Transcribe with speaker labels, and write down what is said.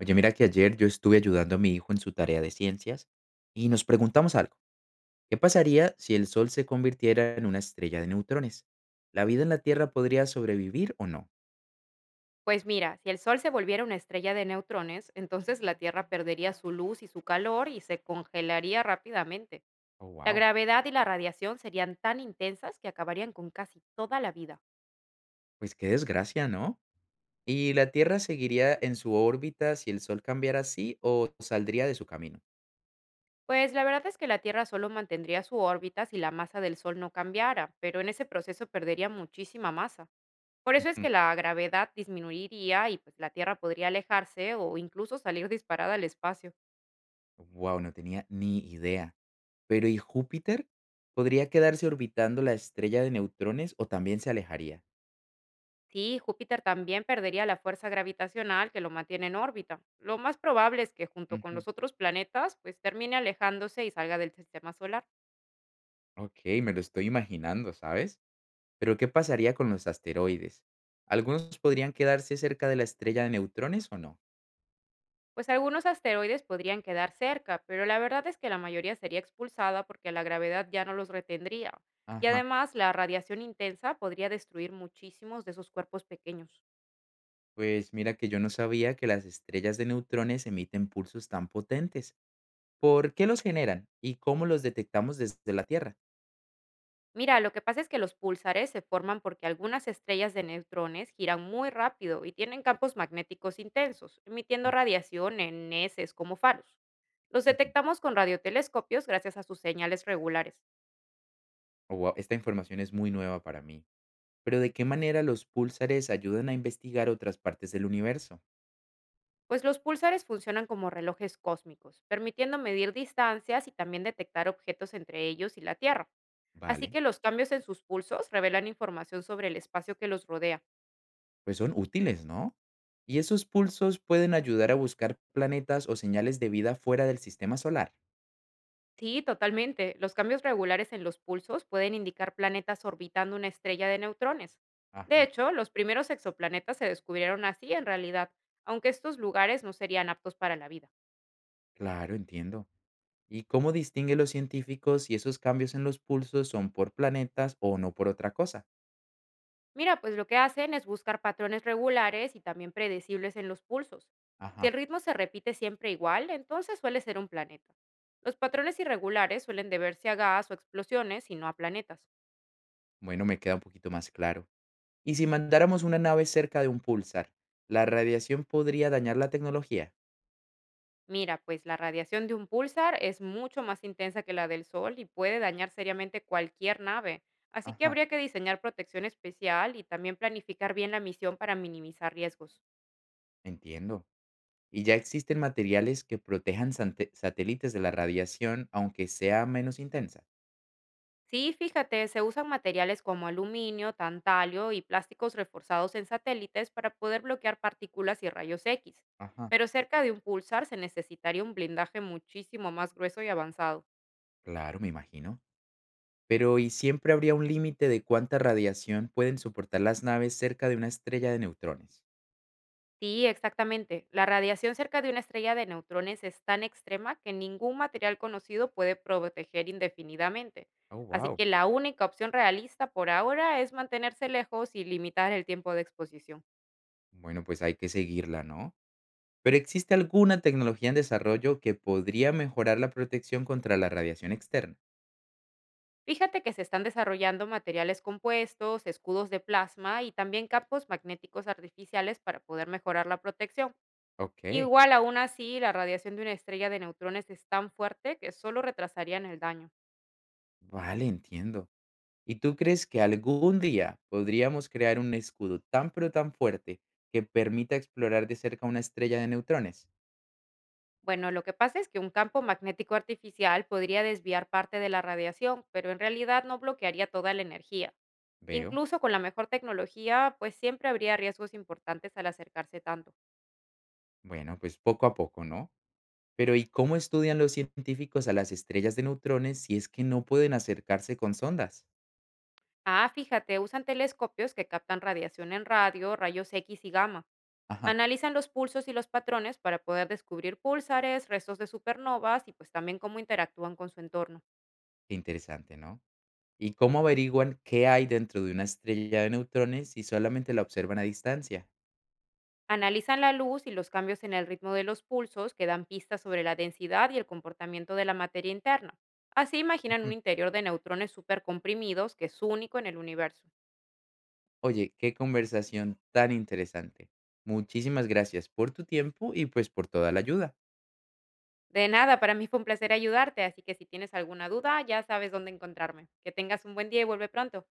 Speaker 1: Oye, mira que ayer yo estuve ayudando a mi hijo en su tarea de ciencias y nos preguntamos algo. ¿Qué pasaría si el Sol se convirtiera en una estrella de neutrones? ¿La vida en la Tierra podría sobrevivir o no?
Speaker 2: Pues mira, si el Sol se volviera una estrella de neutrones, entonces la Tierra perdería su luz y su calor y se congelaría rápidamente.
Speaker 1: Oh,
Speaker 2: La
Speaker 1: wow.
Speaker 2: gravedad y la radiación serían tan intensas que acabarían con casi toda la vida.
Speaker 1: Pues qué desgracia, ¿no? ¿Y la Tierra seguiría en su órbita si el Sol cambiara así o saldría de su camino?
Speaker 2: Pues la verdad es que la Tierra solo mantendría su órbita si la masa del Sol no cambiara, pero en ese proceso perdería muchísima masa. Por eso es
Speaker 1: Ujú.
Speaker 2: que la gravedad disminuiría y pues la Tierra podría alejarse o incluso salir disparada al espacio.
Speaker 1: Wow, no tenía ni idea. Pero ¿y Júpiter? ¿Podría quedarse orbitando la estrella de neutrones o también se alejaría?
Speaker 2: Sí, Júpiter también perdería la fuerza gravitacional que lo mantiene en órbita. Lo más probable es que junto con
Speaker 1: Ujú.
Speaker 2: los otros planetas, pues termine alejándose y salga del sistema solar.
Speaker 1: Ok, me lo estoy imaginando, ¿sabes? Pero ¿qué pasaría con los asteroides? ¿Algunos podrían quedarse cerca de la estrella de neutrones o no?
Speaker 2: Pues algunos asteroides podrían quedar cerca, pero la verdad es que la mayoría sería expulsada porque la gravedad ya no los retendría. Y
Speaker 1: Ajá.
Speaker 2: además, la radiación intensa podría destruir muchísimos de esos cuerpos pequeños.
Speaker 1: Pues mira que yo no sabía que las estrellas de neutrones emiten pulsos tan potentes. ¿Por qué los generan y cómo los detectamos desde la Tierra?
Speaker 2: Mira, lo que pasa es que los púlsares se forman porque algunas estrellas de neutrones giran muy rápido y tienen campos magnéticos intensos, emitiendo
Speaker 1: Mm.
Speaker 2: radiación en heces como faros. Los
Speaker 1: Ujú.
Speaker 2: detectamos con radiotelescopios gracias a sus señales regulares,
Speaker 1: Oh, wow, esta información es muy nueva para mí. Pero ¿de qué manera los púlsares ayudan a investigar otras partes del universo?
Speaker 2: pues los púlsares funcionan como relojes cósmicos, permitiendo medir distancias y también detectar objetos entre ellos y la Tierra. Así
Speaker 1: Vale,
Speaker 2: que los cambios en sus pulsos revelan información sobre el espacio que los rodea.
Speaker 1: pues son útiles, ¿no? ¿Y esos pulsos pueden ayudar a buscar planetas o señales de vida fuera del sistema solar?
Speaker 2: Sí, totalmente. Los cambios regulares en los pulsos pueden indicar planetas orbitando una estrella de neutrones. De
Speaker 1: Ajá.
Speaker 2: hecho, los primeros exoplanetas se descubrieron así en realidad, aunque estos lugares no serían aptos para la vida.
Speaker 1: Claro, entiendo. ¿Y cómo distinguen los científicos si esos cambios en los pulsos son por planetas o no por otra cosa?
Speaker 2: Mira, pues lo que hacen es buscar patrones regulares y también predecibles en los pulsos. Si
Speaker 1: Ajá,
Speaker 2: el ritmo se repite siempre igual, entonces suele ser un planeta. Los patrones irregulares suelen deberse a gas o explosiones y no a planetas.
Speaker 1: bueno, me queda un poquito más claro. ¿Y si mandáramos una nave cerca de un pulsar, la radiación podría dañar la tecnología?
Speaker 2: Mira, pues la radiación de un pulsar es mucho más intensa que la del Sol y puede dañar seriamente cualquier nave, así que
Speaker 1: Ajá,
Speaker 2: habría que diseñar protección especial y también planificar bien la misión para minimizar riesgos.
Speaker 1: entiendo. ¿Y ya existen materiales que protejan satélites de la radiación aunque sea menos intensa?
Speaker 2: Sí, fíjate, se usan materiales como aluminio, tantalio y plásticos reforzados en satélites para poder bloquear partículas y rayos X,
Speaker 1: Ajá,
Speaker 2: pero cerca de un pulsar se necesitaría un blindaje muchísimo más grueso y avanzado.
Speaker 1: claro, me imagino. Pero ¿y siempre habría un límite de cuánta radiación pueden soportar las naves cerca de una estrella de neutrones?
Speaker 2: Sí, exactamente. La radiación cerca de una estrella de neutrones es tan extrema que ningún material conocido puede proteger indefinidamente.
Speaker 1: Oh,
Speaker 2: Así
Speaker 1: wow.
Speaker 2: que la única opción realista por ahora es mantenerse lejos y limitar el tiempo de exposición.
Speaker 1: Bueno, pues hay que seguirla, ¿no? Pero ¿existe alguna tecnología en desarrollo que podría mejorar la protección contra la radiación externa?
Speaker 2: Fíjate que se están desarrollando materiales compuestos, escudos de plasma y también campos magnéticos artificiales para poder mejorar la protección.
Speaker 1: Ok,
Speaker 2: Igual aún así, la radiación de una estrella de neutrones es tan fuerte que solo retrasarían el daño.
Speaker 1: vale, entiendo. ¿Y tú crees que algún día podríamos crear un escudo tan pero tan fuerte que permita explorar de cerca una estrella de neutrones?
Speaker 2: Bueno, lo que pasa es que un campo magnético artificial podría desviar parte de la radiación, pero en realidad no bloquearía toda la energía.
Speaker 1: Veo.
Speaker 2: Incluso con la mejor tecnología, pues siempre habría riesgos importantes al acercarse tanto.
Speaker 1: Bueno, pues poco a poco, ¿no? Pero ¿y cómo estudian los científicos a las estrellas de neutrones si es que no pueden acercarse con sondas?
Speaker 2: Ah, fíjate, usan telescopios que captan radiación en radio, rayos X y gamma.
Speaker 1: Ajá,
Speaker 2: Analizan los pulsos y los patrones para poder descubrir púlsares, restos de supernovas y pues también cómo interactúan con su entorno.
Speaker 1: qué interesante, ¿no? ¿Y cómo averiguan qué hay dentro de una estrella de neutrones si solamente la observan a distancia?
Speaker 2: Analizan la luz y los cambios en el ritmo de los pulsos que dan pistas sobre la densidad y el comportamiento de la materia interna. Así imaginan un
Speaker 1: Ujú.
Speaker 2: interior de neutrones supercomprimidos que es único en el universo.
Speaker 1: Oye, qué conversación tan interesante. Muchísimas gracias por tu tiempo y pues por toda la ayuda.
Speaker 2: De nada, para mí fue un placer ayudarte, así que si tienes alguna duda ya sabes dónde encontrarme. Que tengas un buen día y vuelve pronto.